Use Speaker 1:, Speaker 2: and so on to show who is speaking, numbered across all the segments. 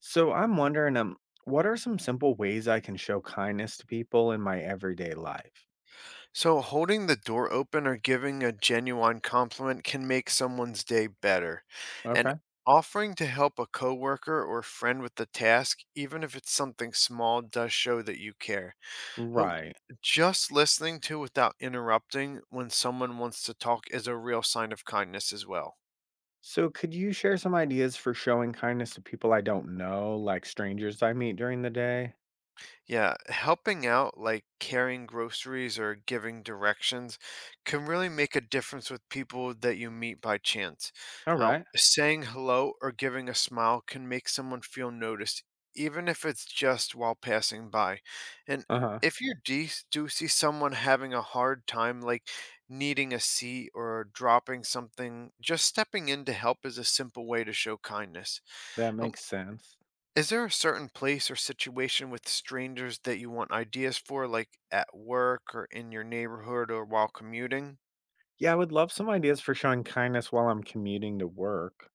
Speaker 1: So I'm wondering, what are some simple ways I can show kindness to people in my everyday life?
Speaker 2: So, holding the door open or giving a genuine compliment can make someone's day better. And
Speaker 1: Okay.
Speaker 2: offering to help a coworker or friend with the task, even if it's something small, does show that you care. So,
Speaker 1: Right.
Speaker 2: just listening to without interrupting when someone wants to talk is a real sign of kindness as well.
Speaker 1: So could you share some ideas for showing kindness to people I don't know, like strangers I meet during the day?
Speaker 2: Yeah, helping out, like carrying groceries or giving directions, can really make a difference with people that you meet by chance.
Speaker 1: All
Speaker 2: Now,
Speaker 1: right.
Speaker 2: saying hello or giving a smile can make someone feel noticed, even if it's just while passing by. And
Speaker 1: Uh-huh.
Speaker 2: if you do see someone having a hard time, like needing a seat or dropping something, just stepping in to help is a simple way to show kindness.
Speaker 1: That
Speaker 2: Um,
Speaker 1: makes sense.
Speaker 2: is there a certain place or situation with strangers that you want ideas for, like at work or in your neighborhood or while commuting?
Speaker 1: Yeah, I would love some ideas for showing kindness while I'm commuting to work.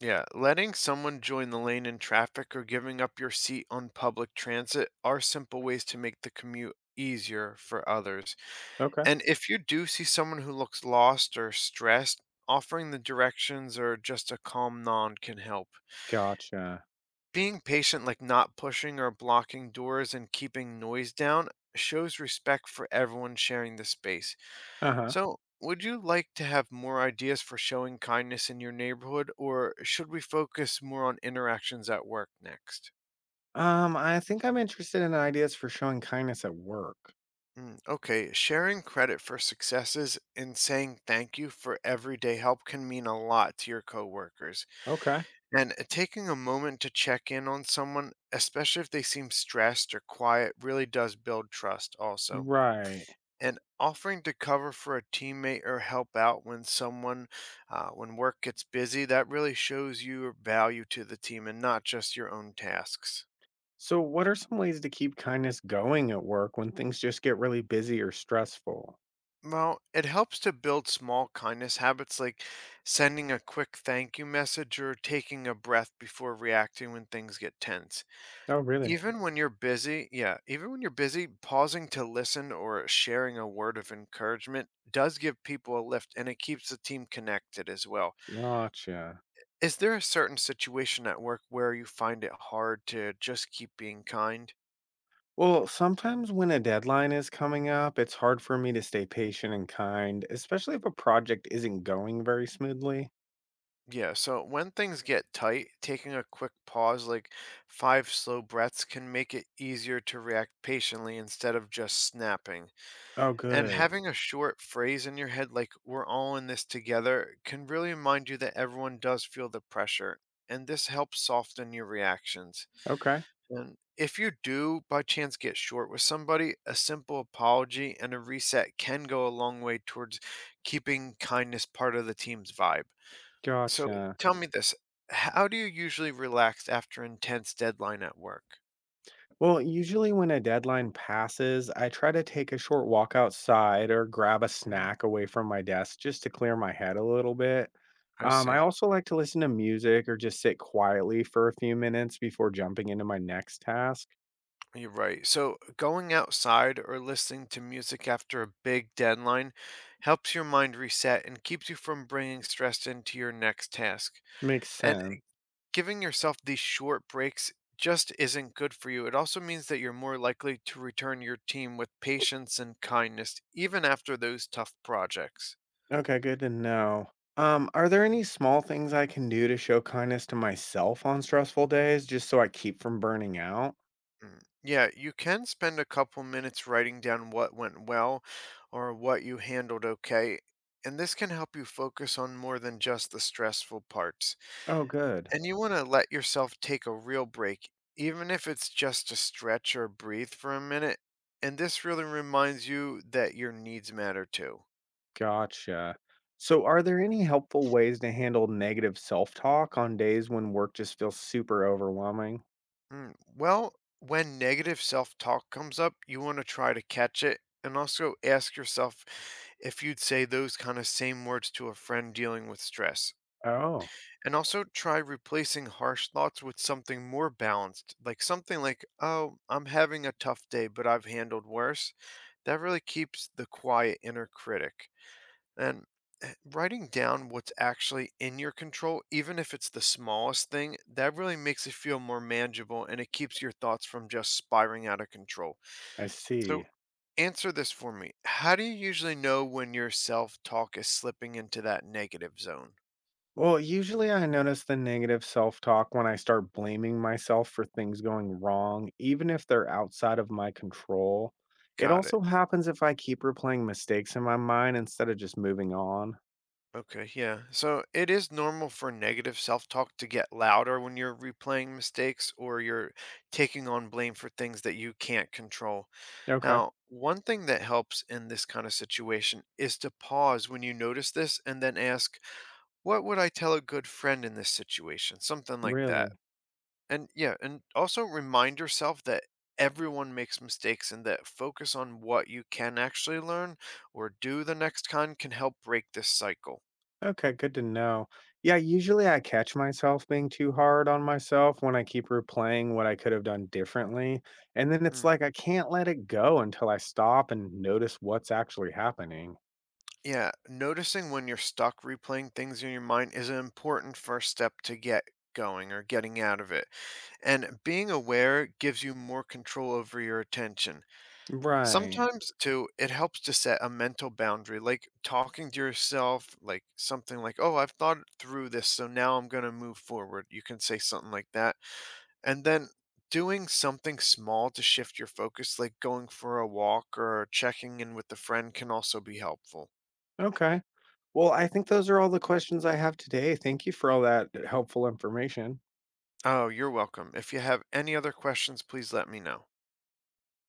Speaker 2: Yeah, letting someone join the lane in traffic or giving up your seat on public transit are simple ways to make the commute easier for others.
Speaker 1: Okay.
Speaker 2: And if you do see someone who looks lost or stressed, offering the directions or just a calm nod can help.
Speaker 1: Gotcha.
Speaker 2: Being patient, like not pushing or blocking doors and keeping noise down, shows respect for everyone sharing the space.
Speaker 1: Uh-huh.
Speaker 2: So, would you like to have more ideas for showing kindness in your neighborhood, or should we focus more on interactions at work next?
Speaker 1: I think I'm interested in ideas for showing kindness at work.
Speaker 2: Mm, okay, sharing credit for successes and saying thank you for everyday help can mean a lot to your coworkers.
Speaker 1: Okay.
Speaker 2: And taking a moment to check in on someone, especially if they seem stressed or quiet, really does build trust also.
Speaker 1: Right.
Speaker 2: And offering to cover for a teammate or help out when when work gets busy, that really shows your value to the team and not just your own tasks.
Speaker 1: So, what are some ways to keep kindness going at work when things just get really busy or stressful?
Speaker 2: Well, it helps to build small kindness habits like sending a quick thank you message or taking a breath before reacting when things get tense.
Speaker 1: Oh, really?
Speaker 2: Even when you're busy, pausing to listen or sharing a word of encouragement does give people a lift and it keeps the team connected as well.
Speaker 1: Gotcha.
Speaker 2: Is there a certain situation at work where you find it hard to just keep being kind?
Speaker 1: Well, sometimes when a deadline is coming up, it's hard for me to stay patient and kind, especially if a project isn't going very smoothly.
Speaker 2: Yeah, so when things get tight, taking a quick pause, like five slow breaths, can make it easier to react patiently instead of just snapping.
Speaker 1: Oh,
Speaker 2: And
Speaker 1: good.
Speaker 2: having a short phrase in your head, like, we're all in this together, can really remind you that everyone does feel the pressure. And this helps soften your reactions.
Speaker 1: Okay.
Speaker 2: And if you do by chance get short with somebody, a simple apology and a reset can go a long way towards keeping kindness part of the team's vibe. So,
Speaker 1: Gotcha.
Speaker 2: tell me this, how do you usually relax after intense deadline at work?
Speaker 1: Well, usually when a deadline passes, I try to take a short walk outside or grab a
Speaker 2: Mm,
Speaker 1: snack away from my desk just to clear my head a little bit.
Speaker 2: I
Speaker 1: I
Speaker 2: see.
Speaker 1: also like to listen to music or just sit quietly for a few minutes before jumping into my next task.
Speaker 2: You're right. So, going outside or listening to music after a big deadline helps your mind reset and keeps you from bringing stress into your next task.
Speaker 1: Makes
Speaker 2: And
Speaker 1: sense.
Speaker 2: giving yourself these short breaks just isn't good for you. It also means that you're more likely to return your team with patience and kindness, even after those tough projects.
Speaker 1: Okay, good to know. Are there any small things I can do to show kindness to myself on stressful days just so I keep from burning out?
Speaker 2: Mm, yeah, you can spend a couple minutes writing down what went well or what you handled okay, and this can help you focus on more than just the stressful parts.
Speaker 1: Oh, good.
Speaker 2: And you want to let yourself take a real break, even if it's just to stretch or breathe for a minute. And this really reminds you that your needs matter too.
Speaker 1: Gotcha. So, are there any helpful ways to handle negative self talk on days when work just feels super overwhelming?
Speaker 2: Mm, well, when negative self talk comes up, you want to try to catch it and also ask yourself if you'd say those kind of same words to a friend dealing with stress.
Speaker 1: Oh,
Speaker 2: And also try replacing harsh thoughts with something more balanced, like something like, oh, I'm having a tough day, but I've handled worse. That really keeps the quiet inner critic. And writing down what's actually in your control, even if it's the smallest thing, that really makes it feel more manageable and it keeps your thoughts from just spiraling out of control.
Speaker 1: I
Speaker 2: So,
Speaker 1: see.
Speaker 2: answer this for me. How do you usually know when your self talk is slipping into that negative zone?
Speaker 1: Well, usually I notice the negative self talk when I start blaming myself for things going wrong, even if they're outside of my control. It
Speaker 2: Got
Speaker 1: also
Speaker 2: it.
Speaker 1: happens if I keep replaying mistakes in my mind instead of just moving on.
Speaker 2: Okay, yeah. So it is normal for negative self talk to get louder when you're replaying mistakes or you're taking on blame for things that you can't control.
Speaker 1: Okay,
Speaker 2: Now, one thing that helps in this kind of situation is to pause when you notice this and then ask, what would I tell a good friend in this situation? Something like
Speaker 1: really?
Speaker 2: that. And yeah, and also remind yourself that everyone makes mistakes and that focus on what you can actually learn or do the next con can help break this cycle.
Speaker 1: Okay, good to know. Yeah, usually I catch myself being too hard on myself when I keep replaying what I could have done differently. And then it's
Speaker 2: Mm,
Speaker 1: like I can't let it go until I stop and notice what's actually happening.
Speaker 2: yeah, noticing when you're stuck replaying things in your mind is an important first step to get going or getting out of it. And being aware gives you more control over your attention.
Speaker 1: Right.
Speaker 2: Sometimes, too, it helps to set a mental boundary, like talking to yourself, like something like, oh, I've thought through this, so now I'm going to move forward. You can say something like that. And then doing something small to shift your focus, like going for a walk or checking in with a friend, can also be helpful.
Speaker 1: Okay. Well, I think those are all the questions I have today. Thank you for all that helpful information.
Speaker 2: Oh, you're welcome. If you have any other questions, please let me know.